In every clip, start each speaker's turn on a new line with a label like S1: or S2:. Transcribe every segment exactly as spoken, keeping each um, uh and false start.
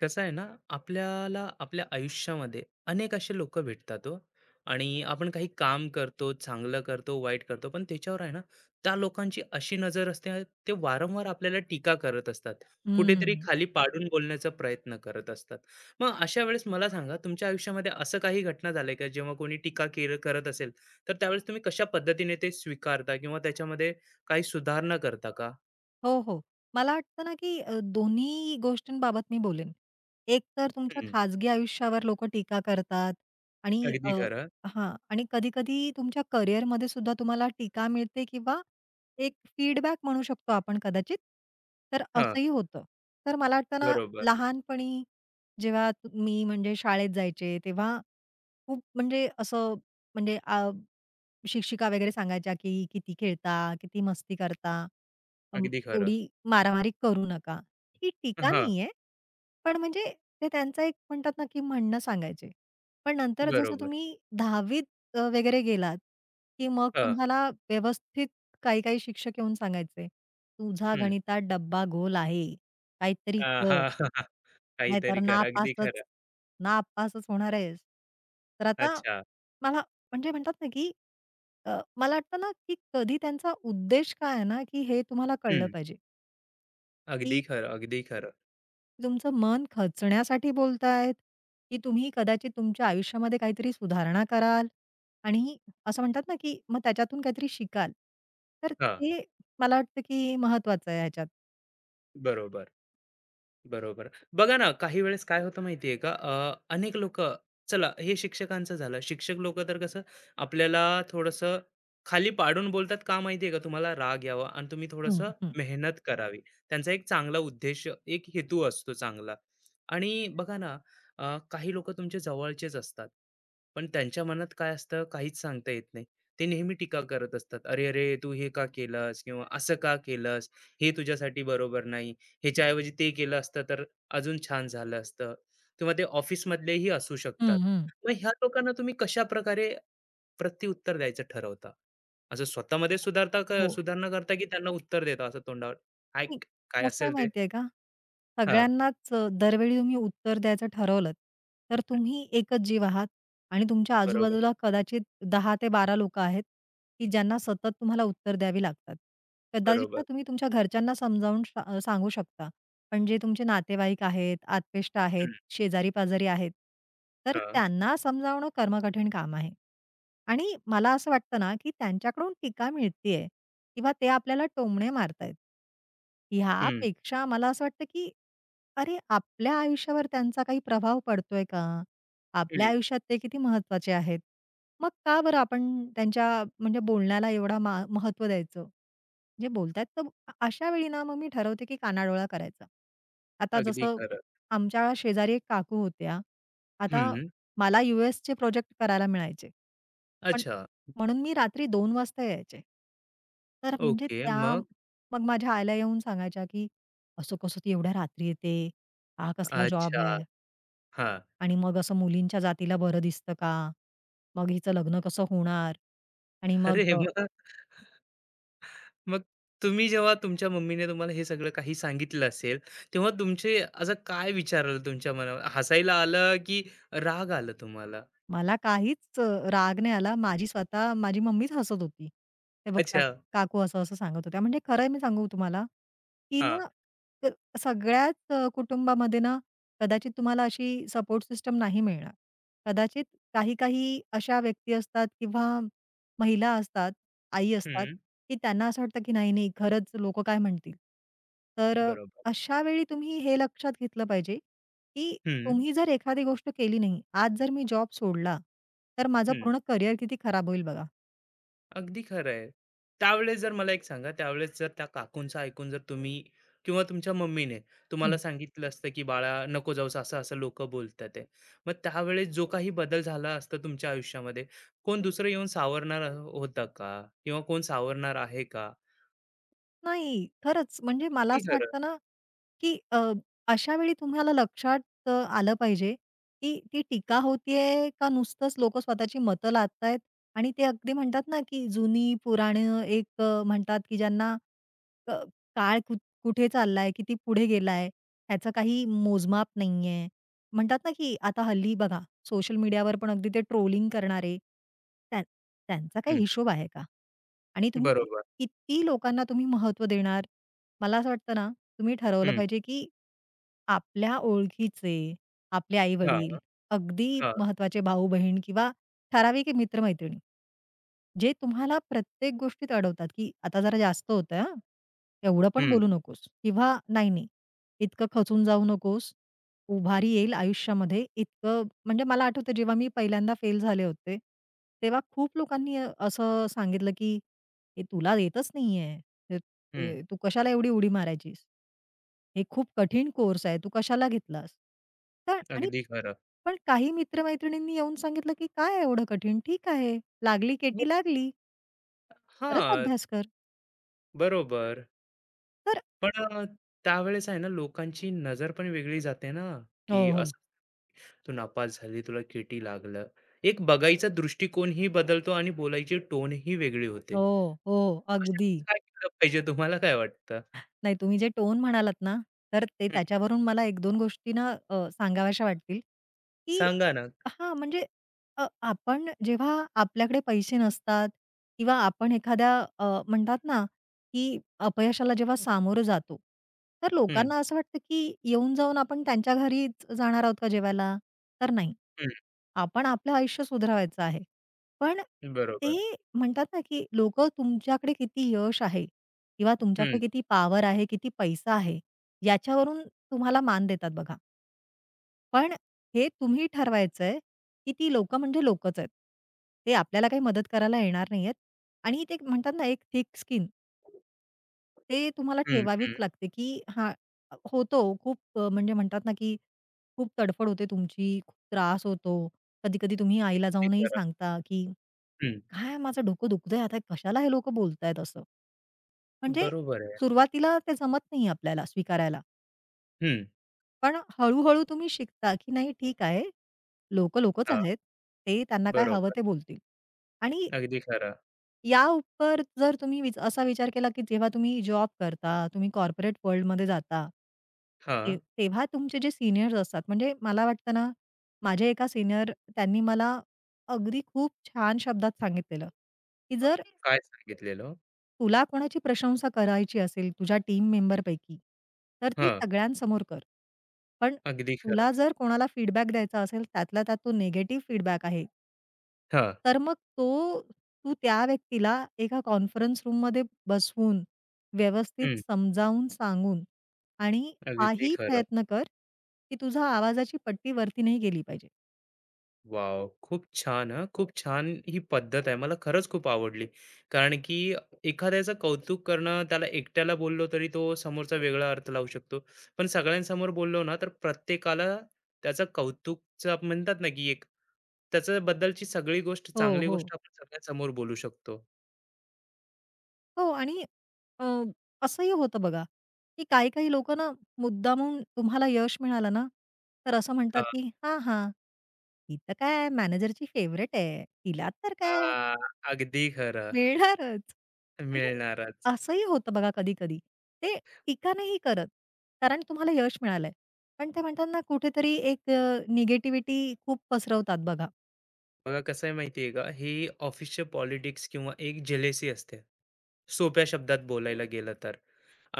S1: कसं आहे ना? आपल्याला आपल्या आयुष्यामध्ये अनेक असे लोक भेटतात हो. आणि आपण काही काम करतो, चांगलं करतो, वाईट करतो, पण त्याच्यावर आहे ना, त्या लोकांची अशी नजर असते. ते वारंवार आपल्याला टीका करत असतात, कुठेतरी
S2: हं.
S1: खाली पाडून बोलण्याचा प्रयत्न करत असतात. मग अशा वेळेस मला सांगा, तुमच्या आयुष्यामध्ये असं काही घटना झालंय का, जेव्हा कोणी टीका केर करत असेल, तर त्यावेळेस तुम्ही कशा पद्धतीने ते स्वीकारता, किंवा त्याच्यामध्ये काही सुधारणा करता का?
S2: हो, हो. मला वाटतं ना, की अ, दोन्ही गोष्टींबाबत मी बोलेन. एक तर तुमच्या
S1: हम्म,
S2: खाजगी आयुष्यावर लोकं टीका करतात आणि
S1: अगदी
S2: अ,
S1: खरं.
S2: हां. आणि कधी-कधी तुमच्या करिअरमध्ये सुद्धा तुम्हाला टीका मिळते किंवा एक फीडबॅक म्हणू शकतो आपण कदाचित. तर
S1: हा,
S2: असंही होतं. तर मला वाटतं ना,
S1: बरोबर,
S2: लहानपणी जेव्हा तु- मी म्हणजे शाळेत जायचे, तेव्हा खूप म्हणजे असं म्हणजे आ शिक्षिका वगैरे सांगायच्या, की "किती खेळता, किती मस्ती करता, अं,
S1: अगदी खरं.
S2: एवढी मारामारी करू नका." ही टीका
S1: हा,
S2: नाहीये, पण म्हणजे ते त्यांचं एक म्हणतात ना, की म्हणणं सांगायचे. पण नंतर जसं
S1: बरोबर.
S2: तुम्ही दहावी त अ, वगैरे गेलात, की मग
S1: हं,
S2: तुम्हाला व्यवस्थित काही-काही शिक्षक येऊन सांगायचे, "तुझा
S1: हं.
S2: गणितात डब्बा गोल आहे, काहीतरी
S1: अ,
S2: कर.
S1: हां,
S2: नाहीतर
S1: काहीतरी करा. अगदी
S2: नापासच
S1: खरं.
S2: नापासच होणार आहेस." तर आता
S1: अच्छा.
S2: मला म्हणजे म्हणतात ना, की अ, मला वाटतं ना, की कधी त्यांचा उद्देश काय आहे ना, की हे तुम्हाला कळलं
S1: हं.
S2: पाहिजे,
S1: अगदी
S2: की
S1: खरं, अगदी खरं.
S2: तुमचं मन खचण्यासाठी बोलतायत, की तुम्ही कदाचित तुमच्या आयुष्यामध्ये काहीतरी सुधारणा कराल आणि असं म्हणतात ना, की मग त्याच्यातून काहीतरी शिकाल. तर
S1: हां,
S2: ते मला वाटतं, की महत्वाचं आहे ह्याच्यात.
S1: बरोबर. बरोबर. बघा ना, काही वेळेस काय होतं माहिती का? अ, अनेक लोक. चला, हे शिक्षकांचं झालं. शिक्षक लोक तर कसं आपल्याला थोडंसं खाली पाडून बोलतात का माहिती का? तुम्हाला राग यावा आणि तुम्ही थोडंसं
S2: हं, हं.
S1: मेहनत करावी. त्यांचा एक चांगला उद्देश, एक हेतू असतो चांगला. आणि बघा ना, अ, काही लोकं तुमच्या जवळचेच असतात. पण त्यांच्या मनात काय असतं काहीच सांगता येत नाही. ते नेहमी टीका करत असतात. "अरे, अरे! तू हे का केलंस?" किंवा "असं का केलंस? हे तुझ्यासाठी बरोबर नाही. ह्याच्याऐवजी ते केलं असतं तर अजून छान झालं असतं." किंवा ते ऑफिसमधलेही असू शकतात.
S2: हं, हं.
S1: मग ह्या लोकांना तुम्ही कशाप्रकारे प्रत्युत्तर द्यायचं ठरवता? असं स्वतःमध्ये
S2: हो.
S1: सुधारता का,
S2: हो.
S1: सुधारणा करता, की त्यांना उत्तर देता असं तोंडावर? काय
S2: नाही,
S1: काय
S2: कसं आहे
S1: असेल ते?
S2: माहिती का?
S1: हां,
S2: सगळ्यांनाच अ, दरवेळी तुम्ही उत्तर द्यायचं ठरवलंत, तर तुम्ही एकच जीव आहात आणि तुमच्या
S1: बरोबर,
S2: आजूबाजूला कदाचित दहा ते बारा ते बारा लोकं आहेत, की ज्यांना सतत तुम्हाला उत्तर द्यावी लागतात. कदाचित ना
S1: बरोबर.
S2: तुम्ही तुमच्या घरच्यांना समजावून सा सांगू शकता, पण जे तुमचे नातेवाईक आहेत, आत्पेष्ट आहेत,
S1: हं,
S2: शेजारी-पाजारी आहेत, तर
S1: हां.
S2: त्यांना समजावणं कर्मकठीण काम आहे. आणि मला असं वाटतं ना, की त्यांच्याकडून टीका मिळतीये किंवा ते आपल्याला टोमणे मारतायत.
S1: हं,
S2: ह्यापेक्षा मला असं वाटतं, की अरे, आपल्या आयुष्यावर त्यांचा काही प्रभाव पडतोय का? आपल्या
S1: हं.
S2: आयुष्यात ते किती महत्वाचे आहेत? मग का बरं आपण त्यांच्या म्हणजे बोलण्याला एवढा मा महत्त्व द्यायचं? जे बोलतायत तर अ अशा वेळी ना मग मी ठरवते की कानाडोळा करायचा. आता
S1: अगदी
S2: जसं
S1: खरं.
S2: आमच्या शेजारी एक काकू होत्या. आता
S1: हं.
S2: मला यूएसचे प्रोजेक्ट करायला मिळायचे. पण
S1: अच्छा.
S2: म्हणून मी रात्री दोन वाजता यायचे. तर म्हणजे
S1: ओके,
S2: त्या
S1: मग?
S2: मग माझ्या आईला येऊन सांगायच्या की असं कसं ती एवढ्या रात्री येते? हा कसला जॉब
S1: अच्छा.
S2: आहे?
S1: हां.
S2: आणि मग असं मुलींच्या जातीला बरं दिसतं का? मग हिचं लग्न कसं होणार? आणि मग
S1: अरे मग? मग तुम्ही, जेव्हा तुमच्या मम्मीने तुम्हाला हे सगळं काही सांगितलं असेल, तेव्हा तुमचे असं काय विचार आलं तुमच्या मनावर? हसायला आलं, की राग आलं तुम्हाला?
S2: मला काहीच अ, राग नाही आला. माझी स्वतः माझी मम्मीच हसत होती. "हे बघ त्या
S1: अच्छा.
S2: काकू असं-असं सांगत होत्या." म्हणजे खरं मी सांगू तुम्हाला, की
S1: हां.
S2: ना अ, सगळ्याच अ, कुटुंबामध्ये ना कदाचित तुम्हाला अशी सपोर्ट सिस्टम नाही मिळणार. कदाचित काही-काही अशा व्यक्ती असतात किंवा महिला असतात, आई असतात,
S1: हं.
S2: की त्यांना असं वाटतं की नाही, नाही खरंच लोकं काय म्हणतील? तर अ,
S1: बरोबर.
S2: अशा वेळी तुम्ही हे लक्षात घेतलं पाहिजे की
S1: हं,
S2: तुम्ही जर एखादी गोष्ट केली नाही, आज जर मी जॉब सोडला, तर माझं
S1: हं.
S2: पूर्ण करिअर किती खराब होईल बघा.
S1: अगदी खरं आहे. त्यावेळेस जर मला एक सांगा, त्यावेळेस जर त्या काकूंचं ऐकून जर तुम्ही किंवा तुमच्या मम्मीने तुम्हाला
S2: हं.
S1: सांगितलं असतं, की "बाळा, नको जाऊस, असं-असं लोकं बोलतात आहे." मग त्यावेळेस जो काही बदल झाला असता तुमच्या आयुष्यामध्ये, कोण दुसरं येऊन सावरणार होतं का? किंवा कोण सावरणार आहे का?
S2: नाही, खरंच म्हणजे मला
S1: अगदी
S2: असं
S1: खरं.
S2: वाटतं ना, की अ, अशा वेळी तुम्हाला लक्षात अ, आलं पाहिजे, की ती टीका होतीये का नुसतंच लोकं स्वतःची मतं लादतायत आणि ते अगदी म्हणतात ना, की जुनी पुराणं एक अ, म्हणतात, की ज्यांना अ, काळ कु कुठे चाललाय, किती पुढे गेलाय, ह्याचं काही मोजमाप नाहीये. म्हणतात ना, की आता हल्ली बघा सोशल मीडियावर पण अगदी ते ट्रोलिंग करणारे, त्यां त्यांचा काही
S1: हं,
S2: हिशोब आहे का? आणि तुम्ही कि
S1: बरोबर.
S2: किती लोकांना तुम्ही महत्त्व देणार? मला असं वाटतं ना, तुम्ही ठरवलं
S1: हं,
S2: पाहिजे, की आपल्या ओळखीचे, आपले
S1: हां,
S2: आई-वडील, अगदी
S1: हां.
S2: महत्वाचे भाऊ-बहीण किंवा ठराविक मित्र-मैत्रिणी, जे तुम्हाला प्रत्येक गोष्टीत अडवतात, की "आता जरा जास्त होतंय हां, एवढं पण
S1: हं,
S2: बोलू नकोस" किंवा "नाही, नाही, इतकं खचून जाऊ नकोस, उभारी येईल आयुष्यामध्ये." इतकं म्हणजे मला आठवतं जेव्हा मी पहिल्यांदा फेल झाले होते, तेव्हा खूप लोकांनी अ- असं सांगितलं, की "हे तुला येतच नाहीये,
S1: हं.
S2: ए, तू कशाला एवढी उडी मारायचीस? हे खूप कठीण कोर्स आहे, तू कशाला घेतलास? तर आणि
S1: अगदी खरं.
S2: पण काही मित्र-मैत्रिणींनी येऊन सांगितलं, की "काय एवढं कठीण? ठीक आहे. लागली
S1: मग
S2: केटी लागली. परत
S1: हां,
S2: अभ्यास कर."
S1: बरोबर.
S2: तर
S1: पण अ, त्यावेळेस आहे ना, लोकांची नजर पण वेगळी जाते ना,
S2: हो,
S1: की
S2: हो.
S1: असं तू नापास झाली, तुला केटी लागलं. एक बघायचा दृष्टिकोनही बदलतो आणि बोलायची टोनही वेगळी
S2: हो,
S1: होते.
S2: हो,
S1: अशा
S2: अगदी.
S1: वेळेस काय केलं पाहिजे तुम्हाला काय वाटतं?
S2: नाही तुम्ही जे टोन म्हणालात ना, तर ते
S1: हं,
S2: त्याच्यावरून मला एक दोन गोष्टी ना अ, सांगाव्याशा वाटतील, की
S1: सांगा ना.
S2: हां, म्हणजे अ, आपण जेव्हा आपल्याकडे पैसे नसतात किंवा आपण एखाद्या अ, म्हणतात ना, की अपयशाला जेव्हा सामोरं जातो, तर
S1: हं,
S2: लोकांना असं वाटतं, की येऊन जाऊन आपण त्यांच्या घरीच जाणार आहोत का जेवायला? तर नाही.
S1: हं.
S2: आपण आपलं आयुष्य सुधारायचं आहे. पण
S1: बरोबर.
S2: ते म्हणतात ना, की लोकं तुमच्याकडे किती यश आहे किंवा
S1: हं,
S2: तुमच्याकडे किती पॉवर आहे, किती पैसा आहे, याच्यावरून तुम्हाला मान देतात बघा. पण हे तुम्ही ठरवायचंय, की ती लोकं म्हणजे लोकच आहेत. ते आपल्याला काही मदत करायला येणार नाहीयेत आणि ते एक म्हणतात ना, एक थिक स्किन ते तुम्हाला
S1: हं,
S2: ठेवावीच
S1: हं.
S2: लागते, की हां, होतो खूप अ, म्हणजे म्हणतात ना, की खूप तडफड होते तुमची, खूप त्रास होतो. कधी-कधी तुम्ही आईला
S1: ते
S2: जाऊनही
S1: खरं.
S2: सांगता, की
S1: हं,
S2: "काय माझं डोकं दुखतंय आता, कशाला हे लोकं बोलतायत असं." म्हणजे
S1: बरोबर आहे.
S2: सुरुवातीला ते जमत नाही आपल्याला स्वीकारायला,
S1: हं,
S2: पण हळू तुम्ही शिकता, की नाही ठीक आहे, लोकं लोकच
S1: हां,
S2: आहेत. ते त्यांना काय हवं
S1: बरोबर.
S2: ते बोलतील आणि
S1: अगदी खरं.
S2: या उपर जर तुम्ही विच असा विचार केला, की जेव्हा तुम्ही जॉब करता, तुम्ही कॉर्पोरेट वर्ल्डमध्ये जाता, ते
S1: हां.
S2: तेव्हा तुमचे जे सीनियर्स असतात म्हणजे मला वाटतं ना, माझे एका सीनियर त्यांनी मला अगदी खूप छान शब्दात सांगितलेलं, की जर
S1: अर्निंग काय सांगितलेलं?
S2: तुला कोणाची प्रशंसा करायची असेल तुझ्या टीम मेंबरपैकी, तर ती
S1: हां,
S2: सगळ्यांसमोर कर. पण
S1: अगदी खरं.
S2: तुला जर कोणाला फीडबॅक द्यायचा असेल, त्यातल्या त्यात तो निगेटिव्ह फीडबॅक आहे
S1: हां,
S2: तर मग तो तू त्या व्यक्तीला एका कॉन्फरन्स रूममध्ये बसवून, व्यवस्थित
S1: हं,
S2: समजावून सांगून आणि
S1: अगदी
S2: हाही
S1: खरं.
S2: प्रयत्न कर, की तुझा आवाजाची पट्टी वरती नाही गेली पाहिजे.
S1: वॉव! खूप छान हां, खूप छान ही पद्धत आहे. मला खरंच खूप आवडली. कारण की एखाद्याचं कौतुक करणं, त्याला एकट्याला बोललो तरी तो समोरचा वेगळा अर्थ लावू शकतो. पण सगळ्यांसमोर बोललो ना, तर प्रत्येकाला त्याचा कौतुकचं म्हणतात ना, की एक त्याच्याबद्दलची सगळी गोष्ट,
S2: हो,
S1: चांगली
S2: हो.
S1: गोष्ट आपण सगळ्यांसमोर बोलू शकतो.
S2: हो आणि अ, असंही होतं बघा, की काही-काही लोकं ना मुद्दामून तुम्हाला यश मिळालं ना, तर असं म्हणतात,
S1: हां,
S2: की "हां, हां, ही तर काय मॅनेजरची फेव्हरेट आहे. तिला तर काय
S1: हां, अगदी खरं.
S2: मिळणारच." म्हणजे
S1: मिळणारच.
S2: असंही होतं बघा कधी-कधी. ते टीका नाही करत, कारण तुम्हाला यश मिळालंय. पण ते म्हणतात ना कुठेतरी एक निगेटिव्हिटी खूप पसरवतात बघा.
S1: बघा कसं आहे माहिती का, हे ऑफिसचे पॉलिटिक्स किंवा एक जेलेसी असते, सोप्या शब्दात बोलायला गेलं तर.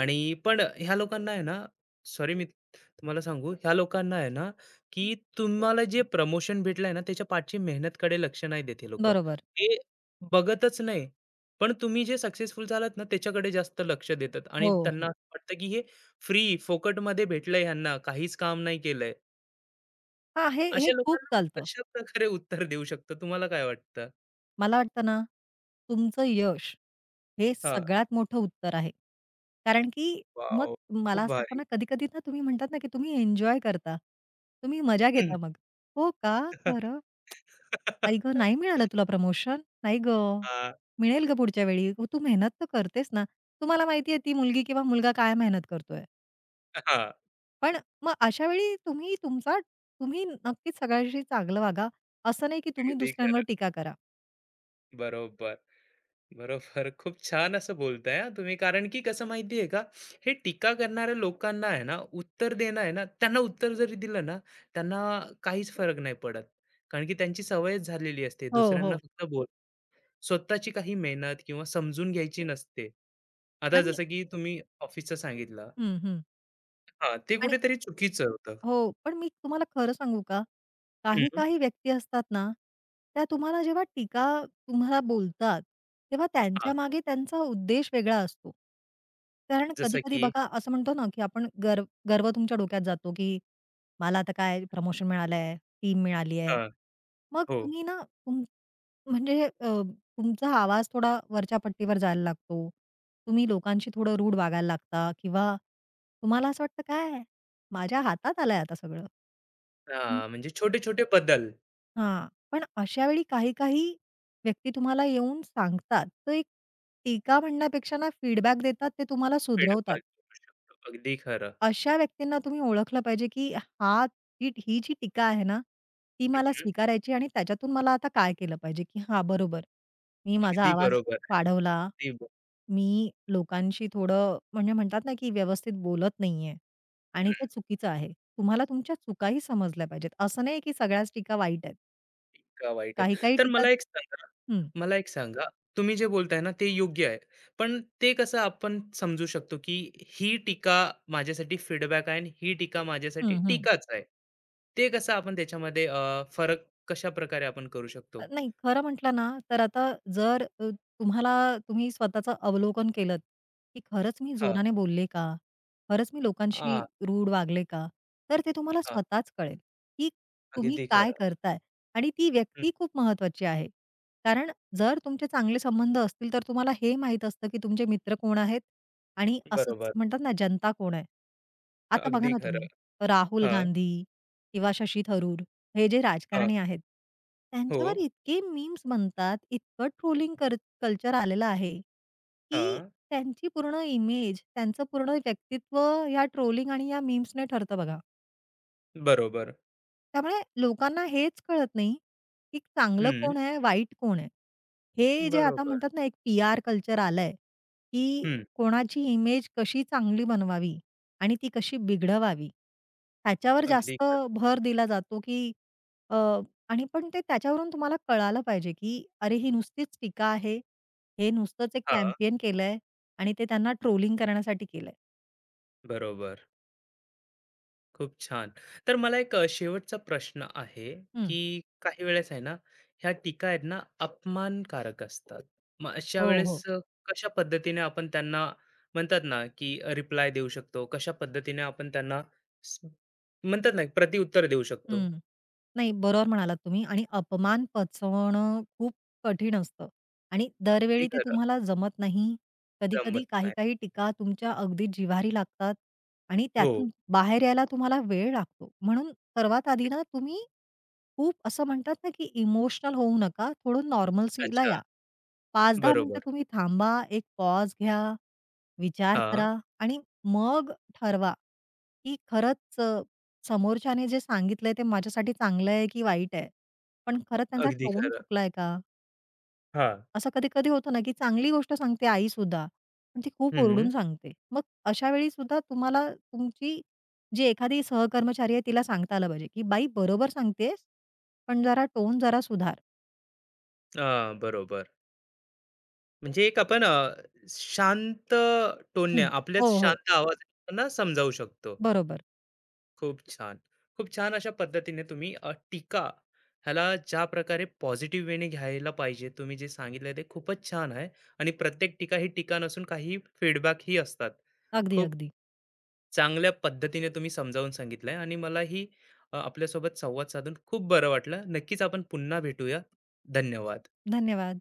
S1: आणि पण ह्या लोकांना आहे ना, सॉरी, मी तुम्हाला सांगू ह्या लोकांना आहे ना की तुम्हाला जे प्रमोशन भेटलंय ना, त्याच्या पाठची मेहनतकडे लक्ष नाही देते हे लोक,
S2: बरोबर.
S1: ते बघतच नाही. पण तुम्ही जे सक्सेसफुल झालात ना, त्याच्याकडे जास्त लक्ष देतात. आणि
S2: हो,
S1: त्यांना
S2: हो.
S1: असं वाटतं की हे फ्री फोकटमध्ये भेटलंय, ह्यांना काहीच काम नाही केलंय.
S2: हां, हे हे
S1: अशा
S2: खूप
S1: लोकांना
S2: चालतं.
S1: कशा प्रकारे उत्तर देऊ शकतो तुम्हाला काय वाटतं?
S2: मला वाटतं ना, तुमचं यश हे
S1: हां.
S2: सगळ्यात मोठं उत्तर आहे. कारण की मग
S1: वॉव! खूप
S2: मला असं वाटतं
S1: भारी.
S2: ना, कधी-कधी ना तुम्ही म्हणतात ना, की तुम्ही एन्जॉय करता. तुम्ही मजा
S1: हं.
S2: घेता मग. "हो का?
S1: हां,
S2: खरं? आई गं, नाही मिळालं तुला प्रमोशन? नाही गं,
S1: हां.
S2: मिळेल गं पुढच्या वेळी. हो, तू मेहनत तर करतेस ना." तुम्हाला माहिती ती मुलगी किंवा मुलगा काय मेहनत करतोय. पण मग अशा वेळी तुम्ही तुमचा तुम्ही नक्कीच सगळ्यांशी चांगलं वागा. असं नाही की तुम्ही
S1: अगदी
S2: दुसऱ्यांवर
S1: खरं.
S2: टीका करा.
S1: बरोबर, बरोबर. खूप छान असं बोलताय हां तुम्ही. कारण की कसं माहिती आहे का, हे टीका करणाऱ्या लोकांना आहे ना, उत्तर देणं आहे ना, त्यांना उत्तर जरी दिलं ना, त्यांना काहीच फरक नाही पडत. कारण की त्यांची सवयच झालेली असते.
S2: हो,
S1: दुसऱ्यांना
S2: हो.
S1: फक्त बोल, स्वतःची काही मेहनत किंवा समजून घ्यायची नसते. आता
S2: आणि
S1: जसं की तुम्ही ऑफिसचं सांगितलं.
S2: हं, हं.
S1: हां, ते कुठेतरी चुकीचं होतं.
S2: हो, पण मी तुम्हाला खरं सांगू का? काही
S1: हं,
S2: काही व्यक्ती असतात ना, त्या तुम्हाला जेव्हा टीका तुम्हाला बोलतात, तेव्हा त्यांच्या
S1: हां.
S2: मागे त्यांचा उद्देश वेगळा असतो. कारण
S1: जसं
S2: कधी-कधी
S1: की
S2: बघा असं म्हणतो ना, की आपण गर्व गर्व तुमच्या डोक्यात जातो, की मला आता काय प्रमोशन मिळालंय, टीम मिळाली आहे.
S1: हां,
S2: मग
S1: हो.
S2: तुम्ही ना तुम म्हणजे अ, तुमचा आवाज थोडा वरच्या पट्टीवर जायला लागतो. तुम्ही लोकांशी थोडं रूड वागायला लागता किंवा तुम्हाला असं वाटतं, "काय माझ्या हातात आलंय आता सगळं."
S1: हां, म्हणजे छोटे-छोटे बदल.
S2: हां. पण अशा वेळी काही-काही व्यक्ती तुम्हाला येऊन सांगतात. तर एक टीका म्हणण्यापेक्षा ना फीडबॅक देतात, ते तुम्हाला
S1: फीडबॅक
S2: सुधरवतात.
S1: घेऊ शकतो. अगदी खरं.
S2: अशा व्यक्तींना तुम्ही ओळखलं पाहिजे, की हा ही ही जी टीका आहे ना, ती मला
S1: हं,
S2: स्वीकारायची आणि त्याच्यातून मला आता काय केलं पाहिजे, की हां, बरोबर. मी माझा
S1: अगदी
S2: आवाज
S1: बरोबर.
S2: वाढवला.
S1: अगदी ब
S2: मी लोकांशी थोडं म्हणजे म्हणतात ना, की व्यवस्थित बोलत नाहीये आणि
S1: हं.
S2: ते चुकीचं आहे. तुम्हाला तुमच्या चुकाही समजल्या पाहिजेत. असं नाही, की सगळ्याच टीका वाईट आहेत.
S1: इतका वाईटच.
S2: काही-काही
S1: तर
S2: टीका
S1: मला एक सांगा
S2: हं,
S1: मला एक सांगा, तुम्ही जे बोलताय ना, ते योग्य आहे. पण ते कसं आपण समजू शकतो, की ही टीका माझ्यासाठी फीडबॅक आहे आणि ही टीका माझ्यासाठी
S2: हं, हं.
S1: टीकाच आहे. ते कसं आपण त्याच्यामध्ये अ, फरक कशाप्रकारे आपण करू
S2: अ,
S1: शकतो?
S2: नाही खरं म्हटलं ना, तर आता जर अ, तुम्हाला तुम्ही स्वतःचं अवलोकन केलत, की खरंच मी
S1: हां.
S2: जोराने बोलले का? खरंच मी लोकांशी
S1: आ,
S2: रूड वागले का? तर ते तुम्हाला
S1: हां.
S2: स्वतःच कळेल, की तुम्ही
S1: अगदी
S2: काय
S1: खरं.
S2: करताय आणि ती
S1: हं.
S2: व्यक्ती खूप महत्वाची आहे. कारण जर तुमचे चांगले संबंध असतील, तर तुम्हाला हे माहीत असतं, की तुमचे मित्र कोण आहेत आणि असंच
S1: बरोबर.
S2: म्हणतात ना जनता कोण आहे. आता बघा
S1: अगदी
S2: ना
S1: खरं.
S2: तुम्ही राहुल
S1: हां,
S2: गांधी किंवा शशी थरूर हे जे
S1: हां.
S2: राजकारणी आहेत,
S1: हो.
S2: त्यांच्यावर इतके मीम्स बनतात, इतकं ट्रोलिंग कर कल्चर आलेलं आहे, की
S1: हां,
S2: त्यांची पूर्ण इमेज, त्यांचं पूर्ण व्यक्तित्व या ट्रोलिंग आणि या मीम्सने ठरतं बघा.
S1: बरोबर.
S2: त्यामुळे लोकांना हेच कळत नाही, की चांगलं
S1: हं,
S2: कोण आहे, वाईट कोण आहे. हे जे आता
S1: बरोबर.
S2: म्हणतात ना, एक पी-आर कल्चर आलंय, की
S1: हं,
S2: कोणाची इमेज कशी चांगली बनवावी आणि ती कशी बिघडवावी. ह्याच्यावर
S1: अगदी
S2: जास्त
S1: खरं.
S2: भर दिला जातो, की अ, आणि पण ते त्याच्यावरून तुम्हाला कळालं पाहिजे, की अरे, ही नुसतीच टीका आहे. हे नुसतंच एक
S1: हां,
S2: कॅम्पेन केलंय आणि ते त्यांना ट्रोलिंग करण्यासाठी केलंय.
S1: बरोबर. खूप छान. तर मला एक अ, शेवटचा प्रश्न आहे,
S2: हं.
S1: की काही वेळेस आहे ना, ह्या टीका आहेत ना, अपमानकारक असतात. मग अशा
S2: हो,
S1: वेळेस
S2: हो.
S1: अ, कशा पद्धतीने आपण त्यांना म्हणतात ना, की रिप्लाय देऊ शकतो? कशा पद्धतीने आपण त्यांना स म्हणतात ना, प्रतिउत्तर देऊ शकतो?
S2: हं. नाही, बरोबर म्हणालात तुम्ही आणि अपमान पचवणं खूप कठीण असतं आणि
S1: अगदी
S2: दरवेळी ते
S1: खरं.
S2: तुम्हाला जमत नाही. कधी-कधी
S1: जमत नाही.
S2: काही-काही टीका तुमच्या अगदी जिव्हारी लागतात आणि
S1: हो.
S2: त्यातून बाहेर यायला तुम्हाला वेळ लागतो. म्हणून सर्वात आधी ना तुम्ही खूप असं म्हणतात ना, की इमोशनल होऊ नका. थोडं नॉर्मल्सीला
S1: अच्छा.
S2: या. पाच ते दहा
S1: बरोबर.
S2: मिनिटं तुम्ही थांबा, एक पॉज घ्या विचार
S1: हां,
S2: करा आणि मग ठरवा, की खरंच अ, समोरच्याने जे सांगितलंय ते माझ्यासाठी चांगलं आहे की वाईट आहे? पण खरंच त्यांचा
S1: अगदी
S2: टोन
S1: खरं.
S2: चुकलाय का?
S1: हां.
S2: असं कधी-कधी होतं ना, की चांगली गोष्ट सांगते आईसुद्धा, पण ती खूप
S1: हं.
S2: ओरडून सांगते. मग अशा वेळी सुद्धा तुम्हाला तुमची जी एखादी सहकर्मचारी आहे तिला सांगता आलं पाहिजे, की "बाई बरोबर सांगतेस, पण जरा टोन जरा सुधार."
S1: अ, बरोबर. म्हणजे एक आपण अ, शांत टोनने
S2: हं. हो,
S1: आपल्याच
S2: हो.
S1: शांत आवाजांना समजावू शकतो.
S2: बरोबर.
S1: खूप छान. खूप छान अशा पद्धतीने तुम्ही अ, टीका ह्याला ज्या प्रकारे पॉझिटिव्ह वेने घ्यायला पाहिजे, तुम्ही जे सांगितलं ते खूपच छान आहे. आणि प्रत्येक टीका ही टीका नसून काही फीडबॅक ही असतात.
S2: अगदी,
S1: खूप
S2: अगदी.
S1: चांगल्या पद्धतीने तुम्ही समजावून सांगितलं आणि मलाही अ, आपल्यासोबत संवाद साधून खूप बरं वाटलं. नक्कीच आपण पुन्हा भेटूया. धन्यवाद.
S2: धन्यवाद.